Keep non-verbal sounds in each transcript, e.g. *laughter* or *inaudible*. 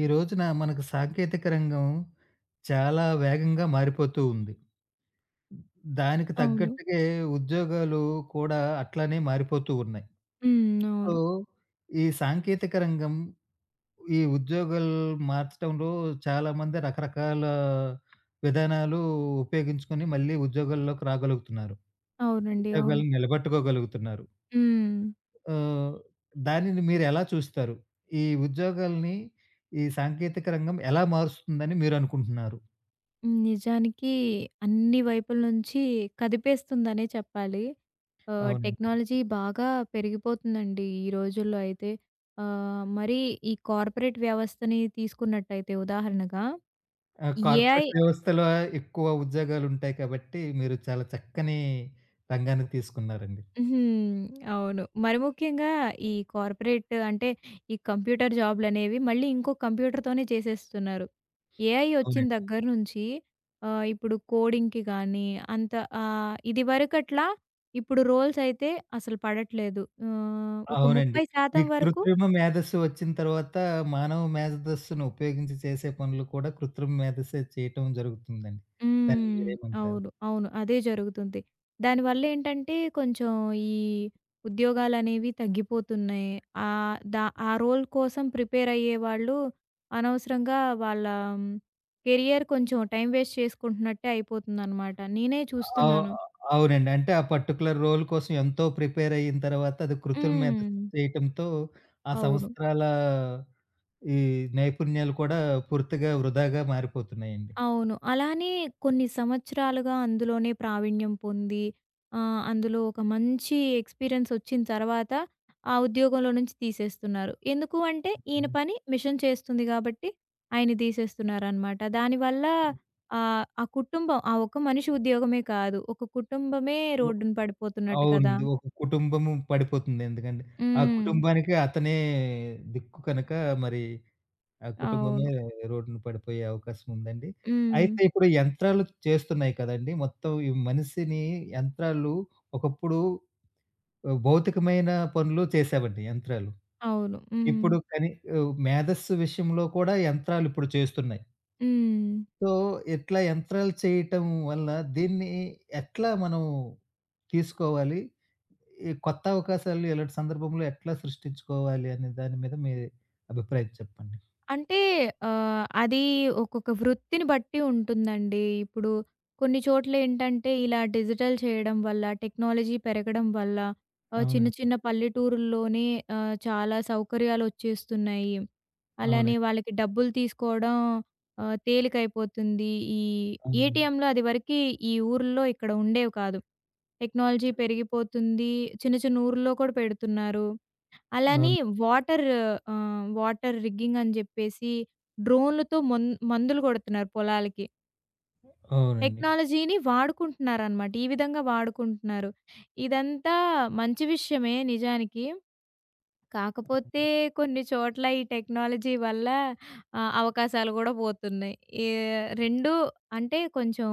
ఈ రోజున మనకు సాంకేతిక రంగం చాలా వేగంగా మారిపోతూ ఉంది. దానికి అవును. తగ్గట్టుగే ఉద్యోగాలు కూడా అట్లానే మారిపోతూ ఉన్నాయి. హ్మ్. సో, అవును. ఈ సాంకేతిక రంగం ఈ ఉద్యోగాలు మార్చటంలో చాలామంది రకరకాల విధానాలు ఉపయోగించుకొని మళ్ళీ ఉద్యోగాల్లోకి రాగలుగుతున్నారు. అవునండి. అవును. ఉద్యోగాలను నిలబెట్టుకోగలుగుతున్నారు. హ్మ్. ఆహ్, దానిని మీరెలా చూస్తారు? ఈ ఉద్యోగాల్ని ఈ సాంకేతిక రంగం ఎలా మారుస్తుందని మీరనుకుంటున్నారు? నిజానికి అన్ని వైపుల నుంచి కదిపేస్తుందనే చెప్పాలి. అవునండి. టెక్నాలజీ బాగా పెరిగిపోతుందండి ఈ రోజుల్లో అయితే. మరి ఈ కార్పొరేట్ వ్యవస్థని తీసుకున్నట్టయితే ఉదాహరణగా ఆ! ఏఐ. కార్పొరేట్ వ్యవస్థలో ఎక్కువ ఉద్యోగాలుంటాయి కాబట్టి, మీరు చాలా చక్కని రంగాన్ని తీసుకున్నారండి. హ్మ్. అవును. మరి ముఖ్యంగా ఈ కార్పొరేట్ అంటే, ఈ కంప్యూటర్ జాబ్‌లనేవి మళ్ళీ ఇంకో కంప్యూటర్‌తోనే చేసేస్తున్నారు. ఏఐ వచ్చిన అవునండి. దగ్గర నుంచి ఇప్పుడు కోడింగ్‌కి గానీ, అంత ఇదివరకట్లా ఇప్పుడు రోల్స్ అయితే అసలు పడట్లేదు. ఒక అవునండి. ఈ 30% వరకు. కృత్రిమ మేధస్సు వచ్చిన తర్వాత, మానవ మేధస్సును ఉపయోగించి చేసే పనులు కూడా కృత్రిమ మేధస్సే చేయటం జరుగుతుందండి. దాన్ని హ్మ్. మీరేమంటారు? అవును. అవును. అదే జరుగుతుంది. దానివల్లేంటంటే కొంచెం ఈ ఉద్యోగాలనేవి తగ్గిపోతున్నాయి. ఆహ్, దా ఆ రోల్ కోసం ప్రిపేరయ్యే వాళ్ళు అనవసరంగా వాళ్ళ కెరియర్ కొంచెం టైం వేస్ట్ చేసుకుంటున్నట్టే అయిపోతుందనమాట. నేనే అవు చూస్తున్నాను. అవునండి. అంటే ఆ పర్టిక్యులర్ రోల్ కోసం ఎంతో ప్రిపేర్ అయిన తర్వాత అది కృత్రిమ మేధస్సు హ్మ్. చేయటంతో ఆ అవును. సంవత్సరాల ఈ నైపుణ్యాలు కూడా పూర్తిగా వృధాగా మారిపోతున్నాయండి. అవును. అలానే కొన్ని సంవత్సరాలుగా అందులోనే ప్రావీణ్యం పొంది అందులో ఒక మంచి ఎక్స్‌పీరియన్స్ వచ్చిన తర్వాత ఆ ఉద్యోగంలో నుంచి తీసేస్తున్నారు. ఎందుకు అంటే ఈయన పని మిషన్ చేస్తుంది కాబట్టి ఆయన్ని తీసేస్తున్నారనమాట. దానివల్ల ఆ కుటుంబం ఆ ఒక్క మనిషి ఉద్యోగమే కాదు. ఒక కుటుంబమే ఒ రోడ్డున పడిపోతున్నట్టు కదా! అవునండి. ఒక కుటుంబము పడిపోతుంది. ఎందుకంటే ఆ హ్మ్. కుటుంబానికి అతనే దిక్కు కనుక మరి ఆ కుటుంబమే అవును. రోడ్డున పడిపోయే అవకాశం ఉందండి. హ్మ్. అయితే ఇప్పుడు యంత్రాలు చేస్తున్నాయి కదండీ! మొత్తం ఈ మనిషిని యంత్రాలు ఒకప్పుడు భౌతికమైన పనులు చేసేవండి యంత్రాలు. అవును. హ్మ్. ఇప్పుడు కానీ మేధస్సు విషయంలో కూడా యంత్రాలు ఇప్పుడు చేస్తున్నాయి. హ్మ్. సో, ఇట్లా యంత్రాలు చేయటం వల్ల దీన్ని ఎట్లా మనం తీసుకోవాలి? ఈ కొత్త అవకాశాలు ఇలాంటి సందర్భంలో ఎట్లా సృష్టించుకోవాలి అనే దాని మీద మీ అభిప్రాయం చెప్పండి? అంటే అది ఒక్కొక్క వృత్తిని బట్టి ఉంటుందండి. ఇప్పుడు కొన్ని చోట్లేంటంటే ఇలా డిజిటల్ చేయడం వల్ల, టెక్నాలజీ పెరగడం వల్ల చిన్న అవునండి. చిన్న పల్లెటూరుల్లోనే చాలా సౌకర్యాలొచ్చేస్తున్నాయి. అలానే అవునండి. వాళ్ళకి డబ్బులు తీసుకోవడం తేలికైపోతుంది. ఈ అవునండి. ఏటీఎంలు అది వరకి ఈ ఊర్లో ఇక్కడ ఉండేవి కాదు. టెక్నాలజీ పెరిగిపోతుంది. చిన్న చిన్న ఊర్లో కూడా పెడుతున్నారు. అలానే అవును. వాటర్ వాటర్ రిగ్గింగ్ అని జెప్పేసి డ్రోన్‌లతో మన్ మందులు గొడుతున్నారు పొలాలకి. అవునండి. టెక్నాలజీని వాడుకుంటున్నారనమాట. ఈ విధంగా వాడుకుంటున్నారు. ఇదంతా మంచి విషయమే నిజానికి. కాకపోతే కొన్ని చోట్ల ఈ టెక్నాలజీ వల్ల అవకాశాలు గూడా పోతున్నాయి. ఏ 2 అంటే కొంచెం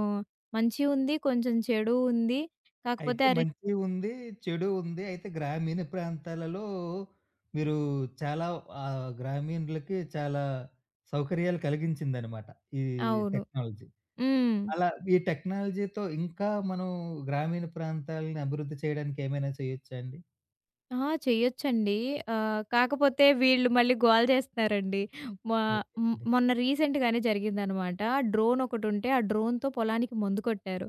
మంచి ఉంది. కొంచెం చెడు ఉంది. కాకపోతే అయితే ఆ రెం. మంచి ఉంది, చెడు ఉంది. అయితే గ్రామీణ ప్రాంతాలలో మీరు చాలా గ్రామీణులకి చాలా సౌకర్యాలు కలిగించిందనమాట ఈ అవును. టెక్నాలజీ. హ్మ్. అలా ఈ టెక్నాలజీతో ఇంకా మనం గ్రామీణ ప్రాంతాలని అభివృద్ధి చేయడానికి ఏమైనా చేయొచ్చా అండి? ఆ! చెయ్యొచ్చండి. కాకపోతే వీళ్ళు మళ్ళీ గోల చేస్తున్నారండి. మా ఓకేనండి. మొన్న రీసెంట్‌గానే జరిగిందనమాట. డ్రోన్ ఒకటుంటే, ఆ డ్రోన్‌తో పొలానికి మందు కొట్టారు.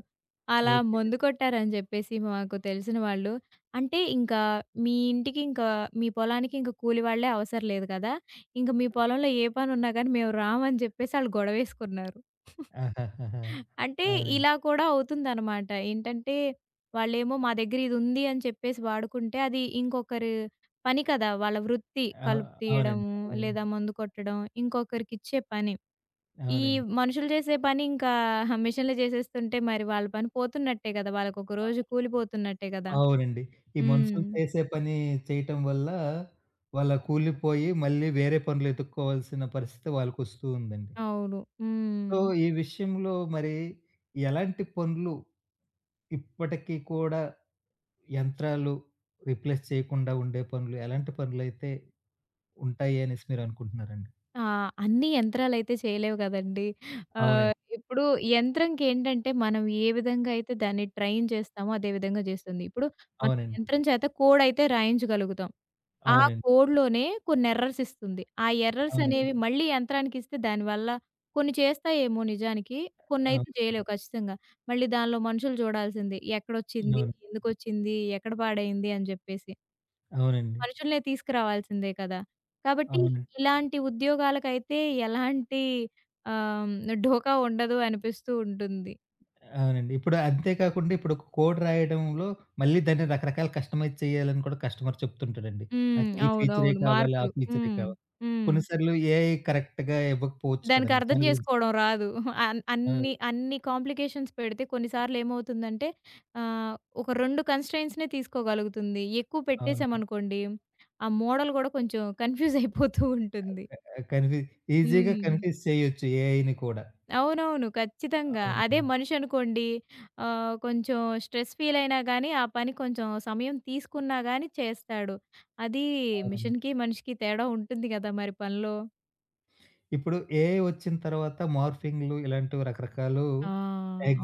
అలా మందు ఓకేనండి. కొట్టారని చెప్పేసి మాకు తెలిసిన వాళ్ళు, "అంటే ఇంకా మీ ఇంటికి ఇంకా మీ పొలానికి ఇంక కూలి వాళ్ళే అవసరం లేదు కదా! ఇంక మీ పొలంలో ఏ పనున్నా కానీ మేము రాము" అని చెప్పేసి ఆళ్ళు గొడవేసుకున్నారు. ఆహాహాహా! అంటే అవునండి. ఇలా కూడా అవుతుందనమాట. ఏంటంటే, వాళ్ళేమో మా దగ్గర ఇదుంది అని చెప్పేసి వాడుకుంటే, అది ఇంకొకరి పని కదా! వాళ్ళ వృత్తి. అ కలుపు అవునండి. తీయడము, అవును. లేదా మందు కొట్టడం ఇంకొకరికిచ్చే పని. ఈ అవునండి. మనుషులు చేసే పని ఇంకా మిషన్‌లు చేసేస్తుంటే మరి వాళ్ళ పని పోతున్నట్టే కదా! వాళ్ళకొక రోజు కూలిపోతున్నట్టే కదా! అవునండి. ఈ హ్మ్. మనుషులు చేసే పని చేయటం వల్ల వాళ్ళ కూలిపోయి మళ్ళీ వేరే పనులు ఎతుక్కోవాల్సిన పరిస్థితి వాళ్ళకొస్తూ ఉందండి. అవును. సో, హ్మ్. ఈ విషయంలో మరి ఎలాంటి పనులు ఇప్పటికీ కూడా యంత్రాలు రీప్లేస్ చేయకుండా ఉండే పనులు ఎలాంటి పనులైతే ఉంటాయి అనేసి మీరనుకుంటున్నారండి? ఆ! అన్ని యంత్రాలైతే చేయలేవు గదండీ. అవునండి. ఇప్పుడు యంత్రంకేంటంటే, మనం ఏ విధంగా అయితే దాన్ని ట్రైన్ చేస్తామో, అదే విధంగా చేస్తుంది. ఇప్పుడు మనం అవునండి. యంత్రం చేత కోడయితే రాయించగలుగుతాం. ఆ అవునండి. కోడ్‌లోనే కొన్ని ఎర్రర్స్ ఇస్తుంది. ఆ ఎర్రర్స్ అవునండి. అనేవి మళ్ళీ యంత్రానికిస్తే దానివల్ల కొన్ని చేస్తాయేమో నిజానికి, కొన్నయితే అవును. చేయలేవు ఖచ్చితంగా. మళ్ళీ దానిలో మనుషులు చూడాల్సిందే. ఎక్కడొచ్చింది? అవును. ఎందుకొచ్చింది? ఎక్కడ పాడైంది? అని జెప్పేసి. అవునండి. మనుషులనే తీసుకురావాల్సిందే కదా! కాబట్టి అవును. ఇలాంటి ఉద్యోగాలకైతే ఎలాంటి ఆహ్, ఢోకా ఉండదు అనిపిస్తూ ఉంటుంది. అవునండి. ఇప్పుడు అంతే కాకుండా ఇప్పుడు ఒక కోడ్ రాయడంలో మళ్ళీ దాన్ని రకరకాల కస్టమైజ్ చేయాలని కూడా కస్టమర్ చెప్తుంటాడండి. హ్మ్. నాకు ఈ ఫీచరే అవునవును. కావాలి, ఆ మార్పులు. ఫీచరే హ్మ్. కావాలి. హ్మ్. కొన్నిసార్లు ఏఐ కరెక్ట్‌గా ఇవ్వకపోవచ్చు దానికి కదండీ! అర్థం దాని గురించి చేసుకోవడం రాదు. అన్ ఆ! అన్ని అన్ని కాంప్లికేషన్స్ పెడితే కొన్నిసార్లు ఏమవుతుందంటే ఆహ్, ఒక 2 కన్‌స్ట్రెయింట్స్‌నే తీసుకోగలుగుతుంది. ఎక్కువ అవునండి. పెట్టేసామనుకోండి, ఆ మోడల్ గూడా కొంచెం కన్‌ఫ్యూజ్ అయిపోతూ ఉంటుంది. ఆహ్, కన్ఫ్యూ ఈజీగా హ్మ్. కన్ఫ్యూజ్ చేయొచ్చు ఏఐని కూడా. అవునవును. ఖచ్చితంగా. అదే అవునండి. మనిషనుకోండి కొంచెం స్ట్రెస్ ఫీలయినా గానీ, ఆ పని కొంచెం సమయం తీసుకున్నా గానీ చేస్తాడు. అది అవునండి. మిషన్‌కి, మనిషికి తేడా ఉంటుంది గదా! మరి పనిలో. ఇప్పుడు ఏఐ వచ్చిన తర్వాత మార్ఫింగ్‌లు ఇలాంటివి రకరకాలు ఆ!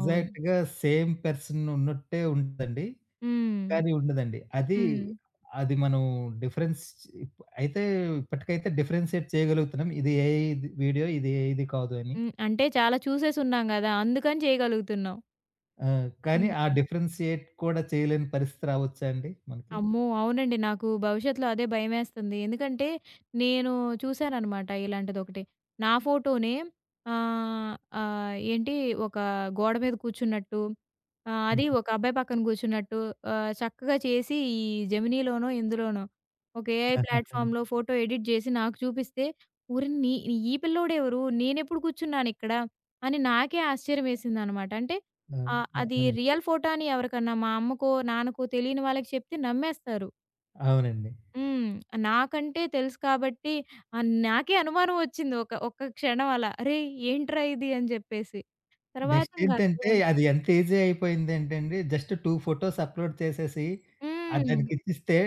అవును. సేమ్ పర్సన్ ఉన్నట్టే ఉంటదండి. హ్మ్. కానీ ఉండదండి. అది, హ్మ్. అది మనం డిఫరెన్స్ ఇప్ అయితే ఇప్పటికైతే డిఫరెన్షియేట్ చేయగలుగుతున్నాం. ఇది ఏఐది వీడియో, ఇది ఏఐది కాదు అని. హ్మ్. అంటే చాలా చూసేసున్నాం గదా! అందుకని చేయగలుగుతున్నాం. ఆ! కానీ ఆ హ్మ్. డిఫరెన్షియేట్ కూడా చేయలేని పరిస్థితి రావచ్చా అండి మనకి? అమ్మో! అవునండి. నాకు భవిష్యత్తులో అదే భయమేస్తుంది. ఎందుకంటే నేను చూశాననమాట ఇలాంటిదొకటి. నా ఫోటోనే ఆహ్, ఆహ్, ఏంటి ఒక గోడ మీద కూర్చున్నట్టు, అది ఒక *laughs* అబ్బాయి పక్కన కూర్చున్నట్టు చక్కగా చేసి ఈ జెమినీలోనో, ఇందులోనో ఒక ఏఐ ఆ! ప్లాట్‌ఫార్మ్‌లో ఫోటో ఎడిట్ జేసి నాకు చూపిస్తే, ఓరి నీ ఈ పిల్లోడెవరు? నేనెప్పుడు కూర్చున్నానిక్కడ? అని నాకే ఆశ్చర్యమేసిందనమాట. అంటే ఆ! అది అవునండి. రియల్ ఫోటో అని ఎవరికన్నా మా అమ్మకో, నాన్నకో తెలియని వాళ్ళకి చెప్తే నమ్మేస్తారు. అవునండి. హ్మ్. నాకంటే తెలుసు కాబట్టి నాకే అనుమానం వచ్చింది ఒక ఒక్క క్షణం అలా. "అరేయ్! ఏంట్రా ఇది" అని చెప్పేసి. తర్వాత నెక్స్ట్ ఇంక ఏంటంటే అర్థమైంది. అది ఎంత ఈజీ అయిపోయిందంటే అండి జస్ట్ 2 ఫోటోస్ అప్‌లోడ్ చేసేసి హ్మ్. దానికి ఇచ్చిస్తే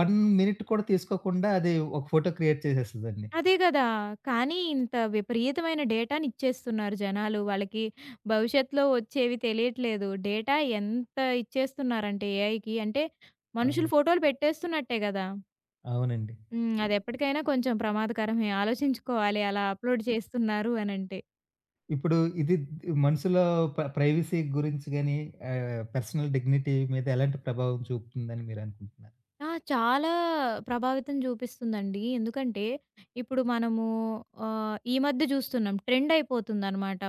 1 మినిట్ కూడా తీసుకోకుండా అది ఒక ఫోటో క్రియేట్ చేసేస్తదండి. అదే గదా! కానీ ఇంత విపరీతమైన డేటాని ఇచ్చేస్తున్నారు జనాలు. వాళ్ళకి భవిష్యత్తులో వచ్చేవి తెలియట్లేదు. డేటా ఎంత ఇచ్చేస్తున్నారంటే ఏఐకి అంటే మనుషులు అవును. ఫోటోలు పెట్టేస్తున్నట్టే గదా! అవునండి. హ్మ్. అదెప్పటికైనా కొంచెం ప్రమాదకరమే. ఆలోచించుకోవాలి అలా అప్‌లోడ్ చేస్తున్నారు అనంటే. ఇప్పుడు ఇది మనుషుల ప్రైవసీ గురించి గాని, పర్సనల్ డిగ్నిటీ మీద ఎలాంటి ప్రభావం చూపుతుందని మీరనుకుంటున్నారు? ఆ! చాలా ప్రభావితం చూపిస్తుందండి. ఎందుకంటే, ఇప్పుడు మనము ఈ మధ్య చూస్తున్నాం ట్రెండ్ అయిపోతుందనమాట.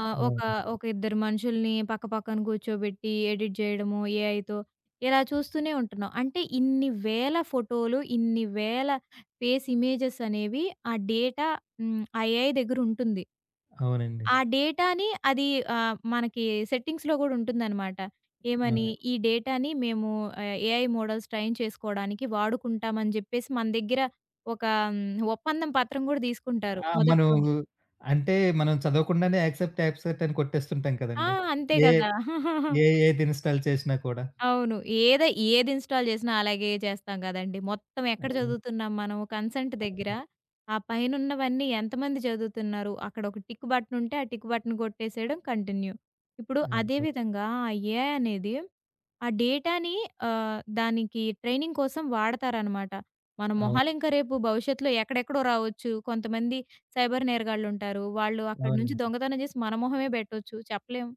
ఒక అవును. ఒక ఇద్దరు మనుషుల్ని పక్క పక్కన కూర్చోబెట్టి ఎడిట్ చేయడము ఏఐతో ఇలా చూస్తూనే ఉంటున్నాం. అంటే ఇన్ని వేల ఫోటోలు, ఇన్ని వేల ఫేస్ ఇమేజెస్ అనేవి ఆ డేటా ఆ ఏఐ దగ్గరుంటుంది. అవునండి. ఆ డేటాని అది మనకి సెట్టింగ్స్‌లో గూడా ఉంటుందనమాట. ఏమని, అవునండి. ఈ డేటాని మేము ఏఐ మోడల్స్ ట్రైన్ చేసుకోవడానికి వాడుకుంటామని జెప్పేసి మన దగ్గర ఒక హ్మ్, ఒప్పందం పత్రం గూడా తీసుకుంటారు ఆ! మనం మొదట్లోనే. అంటే మనం చదవకుండానే యాక్సెప్ట్, యాక్సెప్ట్ అని కొట్టేస్తుంటాం ఆ! కదండీ. అంతే ఏ గదా! *laughs* ఏ ఏది ఇన్‌స్టాల్ చేసినా కూడా. అవును. ఏదో ఏది ఇన్‌స్టాల్ చేసినా అలాగే చేస్తాం గదండీ. మొత్తం ఎక్కడ అవును. చదువుతున్నాం మనం కన్సెంట్ దగ్గర, అవును. ఆ పైనున్నవన్నీ ఎంతమంది చదువుతున్నారు, అక్కడ ఒక టిక్ బటన్ ఉంటే ఆ టిక్ బటన్ కొట్టేసేయడం కంటిన్యూ. ఇప్పుడు అదే అవును. విధంగా ఆ ఏఐ అనేది ఆ డేటాని దానికి ట్రైనింగ్ కోసం వాడతారనమాట. మన అవును. మొహాలు ఇంకా రేపు భవిష్యత్తులో ఎక్కడెక్కడో రావచ్చు. కొంతమంది సైబర్ నేరగాళ్ళుంటారు. వాళ్ళు అక్కడి నుంచి అవునండి. దొంగతనం చేసి మన మొహమే బెట్టొచ్చు. చెప్పలేం.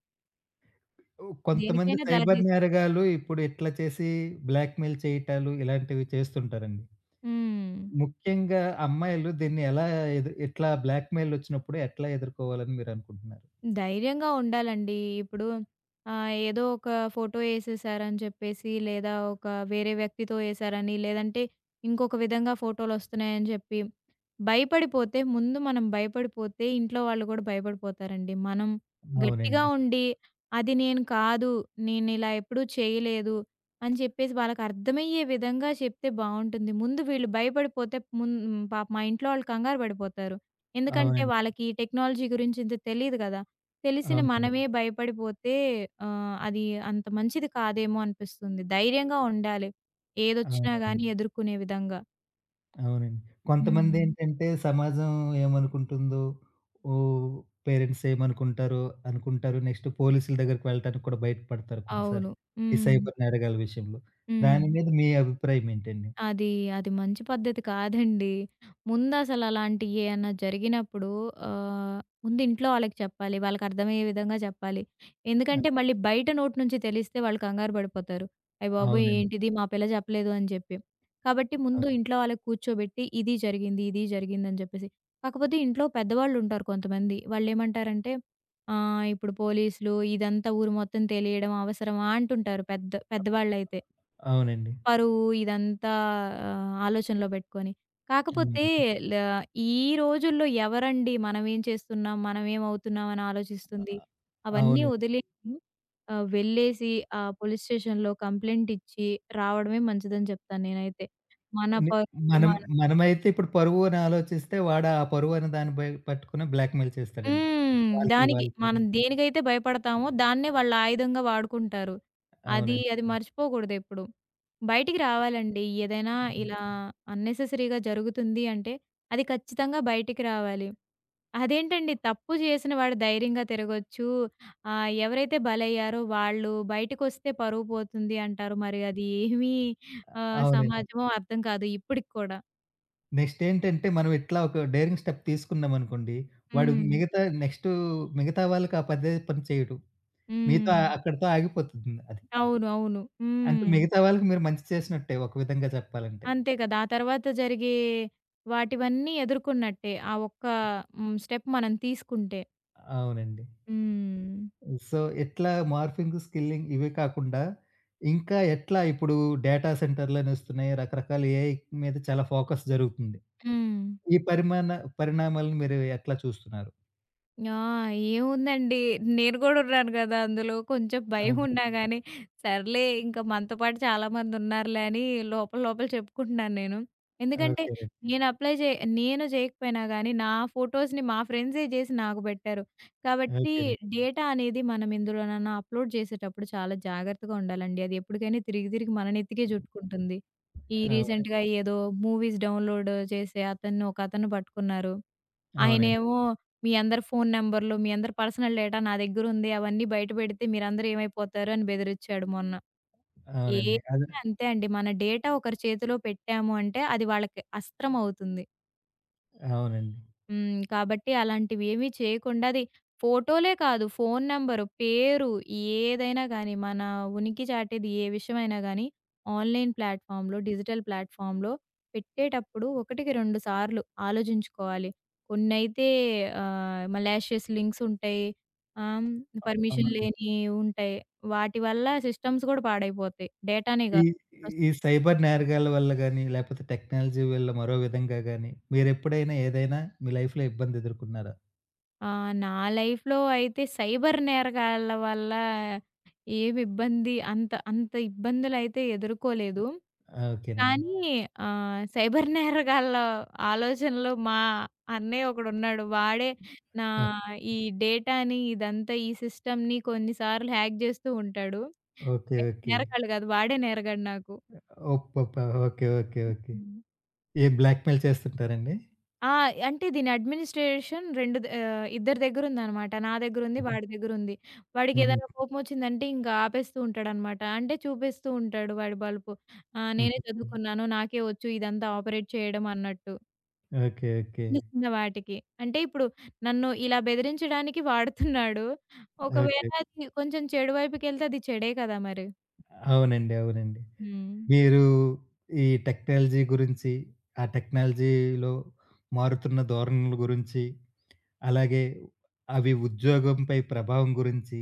కొంతమంది దేనికైనా దారి సైబర్ తీస్. నేరగాళ్ళు ఇప్పుడు ఇట్లా చేసి బ్లాక్‌మెయిల్ చేయటాలు ఇలాంటివి చేస్తుంటారండి. హ్మ్. ముఖ్యంగా అమ్మాయిలు దీన్ని ఎలా ఇట్లా బ్లాక్‌మెయిలొచ్చినప్పుడు ఎట్లా ఎదుర్కోవాలని మీరనుకుంటున్నారు? ధైర్యంగా ఉండాలండి. ఇప్పుడు ఏదో ఒక ఫోటో ఏసేసారని చెప్పేసి, లేదా ఒక వేరే వ్యక్తితో ఏసారని, లేదంటే ఇంకొక విధంగా ఫోటోలొస్తున్నాయని చెప్పి, భయపడిపోతే ముందు మనం భయపడిపోతే ఇంట్లో వాళ్ళు కూడా భయపడిపోతారండి. మనం గట్టిగా అవునండి. ఉండి, అది నేను కాదు, నేనిలా ఎప్పుడూ చేయలేదు అని చెప్పేసి వాళ్ళకి అర్థమయ్యే విధంగా చెప్తే బావుంటుంది. ముందు వీళ్ళు భయపడిపోతే పాపం మా ఇంట్లో వాళ్ళు కంగారు పడిపోతారు. ఎందుకంటే అవునండి. వాళ్ళకి ఈ టెక్నాలజీ గురించి ఇంత తెలీదు కదా! తెలిసిన అవునండి. మనమే భయపడిపోతే అది అంత మంచిది కాదేమో అనిపిస్తుంది. ధైర్యంగా ఉండాలి. ఏదొచ్చినా అవునండి. గాని ఎదుర్కొనే విధంగా. అవునండి. హ్మ్. కొంతమందేంటంటే సమాజం ఏమనుకుంటుందో, ఓహ్! పేరెంట్స్ ఏమనుకుంటారో అనుకుంటారు. నెక్స్ట్ పోలీసుల దగ్గరికి వెళ్ళటానికి కూడా భయటపడతారు అవును. కొన్నిసార్లు. ఈ హ్మ్. సైబర్ నేరగాల విషయంలో. దాని హ్మ్. మీద మీ అభిప్రాయం ఏంటండి? అది, అది మంచి పద్ధతి కాదండి. ముందసలు అలాంటియి ఏయన్నా జరిగినప్పుడు ఆహ్, ముందు ఇంట్లో వాళ్ళకి చెప్పాలి. వాళ్ళకర్థమయ్యే విధంగా చెప్పాలి. ఆ! ఎందుకంటే మళ్ళీ బయట నోటి నుంచి తెలిస్తే వాళ్ళు కంగారు పడిపోతారు. అయ్యబాబోయ్! అవునండి. ఏంటిది మా పిల్ల చెప్పలేదు అని చెప్పి. కాబట్టి ముందు అవును. ఇంట్లో వాళ్ళకి కూర్చోబెట్టి ఇది జరిగింది, ఇది జరిగిందని చెప్పేసి. కాకపోతే ఇంట్లో పెద్దవాళ్ళుంటారు కొంతమంది. వాళ్ళేమంటారంటే ఇప్పుడు పోలీసులు ఇదంతా ఊరు మొత్తం తెలియడం అవసరమా అంటుంటారు పెద్ద పెద్దవాళ్ళైతే. అవునండి. పరువు ఇదంతా ఆలోచనలో పెట్టుకొని. కాకపోతే అవునండి. ల ఈ రోజుల్లో ఎవరండి మనమేం చేస్తున్నాం, మనమేమవుతున్నాం అని ఆ! ఆలోచిస్తుంది. అవన్నీ అవునండి. వదిలేసి వెళ్ళేసి ఆ పోలీస్ స్టేషన్‌లో కంప్లెయింట్ ఇచ్చి రావడమే మంచిదని చెప్తాను నేనైతే. మన ని పరువు మనం మన మనమైతే ఇప్పుడు పరువని ఆలోచిస్తే వాడు ఆ పరువనే దాన్ని బై పట్టుకొని బ్లాక్‌మెయిల్ చేస్తాడండి. హ్మ్. వాళ్ళకి దానికి వాళ్ళకి. మనం దేనికైతే భయపడతామో దాన్నే వాళ్ళు ఆయుధంగా వాడుకుంటారు. అది అవునండి. అది హ్మ్. మర్చిపోకూడదెప్పుడు. బయటికి రావాలండి. ఏదైనా హ్మ్. ఇలా అన్నెసెసరీగా జరుగుతుంది అంటే అది ఖచ్చితంగా బయటికి రావాలి. అదేంటండి తప్పు చేసిన వాడు ధైర్యంగా తిరగొచ్చు. ఎవరైతే బలయ్యారో వాళ్ళు బయటకొస్తే పరువు పోతుంది అంటారు. మరి అది ఏమి అవునండి. సమాజమో అర్థం కాదు ఇప్పటికి కూడా. నెక్స్ట్ ఏంటంటే మనం ఇట్లా ఒక డేరింగ్ స్టెప్ తీసుకున్నామనుకోండి, వాడు హ్మ్. మిగతా నెక్స్టు మిగతా వాళ్ళకి ఆ పదే పని చేయడు. మీతో హ్మ్. ఆ- అక్కడితో ఆగిపోతుంది అది. అవును. అవును. అంటే హ్మ్. మిగతా వాళ్ళకి మీరు మంచి చేసినట్టే ఒక విధంగా చెప్పాలంటే. అంతే కదా! ఆ తర్వాత జరిగే వాటివన్నీ ఎదుర్కొన్నట్టే. ఆ ఒక్క స్టెప్ మనం తీసుకుంటే. అవునండి. హ్మ్. సో, ఎట్లా మార్ఫింగ్, స్కిల్లింగ్ ఇవే కాకుండా ఇంకా ఎట్లా ఇప్పుడు డేటా సెంటర్‌లనొస్తున్నాయి. రకరకాల ఏఐ మీద చాలా ఫోకస్ జరుగుతుంది. హ్మ్. ఈ పరిమాణ పరిణామాలను మీరు ఎట్లా చూస్తున్నారు? ఆ! ఏముందండి. నేను గూడా ఉన్నాను గదా అందులో. కొంచెం అవును. భయమున్నా గానీ, సర్లే ఇంక మనతో పాటు చాలామందున్నారులే అని లోపల లోపల చెప్పుకుంటున్నాను నేను. ఎందుకంటే ఓకేనండి. నేను అప్లై చే నేను జేయకపోయినా గానీ, నా ఫోటోస్‌ని మా ఫ్రెండ్సే జేసి నాకు బెట్టారు. కాబట్టి ఓకేనండి. డేటా అనేది మనం ఎందులోనైనా అప్‌లోడ్ చేసేటప్పుడు చాలా జాగ్రత్తగా ఉండాలండి. అది ఎప్పటికైనా తిరిగి తిరిగి మన నెత్తికే జుట్టుకుంటుంది. ఈ అవును. రీసెంట్‌గా ఏదో మూవీస్ డౌన్‌లోడ్ చేసే అతన్ని ఒకతను పట్టుకున్నారు. అవునండి. ఆయనేమో "మీ అందరి ఫోను నంబర్‌లు, మీ అందరి పర్సనల్ డేటా నా దగ్గరుంది. అవన్నీ బయటపెడితే మీరందరూ ఏమైపోతారు" అని బెదిరిచ్చాడు మొన్న. అవునండి. అదే ఏదైనా అంతే అండి. మన డేటా ఒకరి చేతిలో పెట్టాము అంటే అది వాళ్ళకి అస్త్రం అవుతుంది. అవునండి. హ్మ్. కాబట్టి అలాంటివేమీ చేయకుండా అది ఫోటోలే కాదు, ఫోను నంబరు, పేరు ఏదైనా గానీ, మన ఉనికి చాటేది ఏ విషయమైనా గానీ, ఆన్‌లైన్ ప్లాట్‌ఫామ్‌లో, డిజిటల్ ప్లాట్‌ఫామ్‌లో పెట్టేటప్పుడు ఒకటికి 2 సార్లు ఆలోచించుకోవాలి. కొన్నైతే మలాషియస్ లింక్స్ ఉంటాయి. ఆహ్, అ పర్మిషన్ అవునండి. లేనియి ఉంటాయి. వాటి వల్ల సిస్టమ్స్ గూడా పాడైపోతాయి. డేటానే ఈ గాదు. ఈ సైబర్ నేరగాల వల్ల గాని, లేపోతే టెక్నాలజీ వల్ల మరో విధంగా గాని, మీరెప్పుడైనా ఏదైనా మీ లైఫ్‌లో ఇబ్బంది ఎదుర్కొన్నారా? ఆ! నా లైఫ్‌లో అయితే సైబర్ నేరగాళ్ళ వల్ల ఏమి ఇబ్బంది అంత అంత ఇబ్బందులైతే ఎదుర్కోలేదు. ఆ! ఓకేనండి. కానీ సైబర్ నేరగాళ్ళ ఆలోచనలు మా అన్నయ్య ఒకడున్నాడు. వాడే నా ఆ! ఈ డేటాని ఇదంతా ఈ సిస్టమ్‌ని కొన్నిసార్లు హ్యాక్ జేస్తూ ఉంటాడు. ఓకే. బయట ఓకే. నేరగాళ్ళు గాదు. వాడే నేరగాడు నాకు. ఒప్పొప్పా! ఓకే. ఓకే. ఓకే. ఏ బ్లాక్‌మెయిల్ చేస్తుంటారండి? ఆ! అంటే దీని అడ్మినిస్ట్రేషన్ 2 ద ఇద్దరి దగ్గరుందనమాట. నా దగ్గరుంది, హుహు. వాడి దగ్గరుంది. హుహు. వాడికేదైనా కోపమొచ్చిందంటే ఇంక ఆపేస్తూ ఉంటాడనమాట. అంటే చూపిస్తూ ఉంటాడు వాడి బలుపు. నేనే హుహు. చదువుకున్నాను, నాకే వచ్చు ఇదంతా ఆపరేట్ చేయడం అన్నట్టు. ఓకే. ఓకే. చిన్న చిన్న వాటికి. అంటే ఇప్పుడు నన్ను ఇలా బెదిరించడానికి వాడుతున్నాడు. ఒకవేళ ఓకే. అది కొంచెం చెడు వైపుకెళ్తే అది చెడే కదా మరి. అవునండి. అవునండి. హ్మ్. మీరు ఈ టెక్నాలజీ గురించి, ఆ టెక్నాలజీలో మారుతున్న ధోరణుల గురించి, అలాగే అవి ఉద్యోగంపై ప్రభావం గురించి,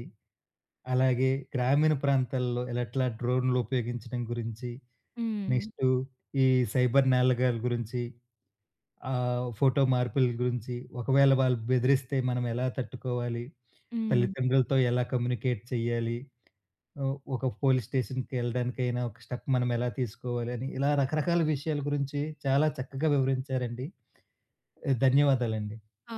అలాగే గ్రామీణ ప్రాంతాల్లో ఎలా ఎట్లా డ్రోన్‌లు ఉపయోగించడం గురించి, హ్మ్. నెక్స్టు ఈ సైబర్ నేరగాళ్ళ గురించి ఫోటో మార్పుల గురించి, ఒకవేళ వాళ్ళు బెదిరిస్తే మనం ఎలా తట్టుకోవాలి? హ్మ్. తల్లిదండ్రులతో ఎలా కమ్యూనికేట్ చేయాలి? ఒక పోలీస్ స్టేషన్‌కెళ్ళడానికైనా ఒక స్టెప్ మనం ఎలా తీసుకోవాలి అని ఇలా రకరకాల విషయాల గురించి చాలా చక్కగా వివరించారండి. ధన్యవాదాలండి. ఆ!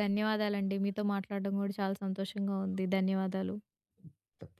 ధన్యవాదాలండి. మీతో మాట్లాడడం గూడా చాలా సంతోషంగా ఉంది. ధన్యవాదాలు.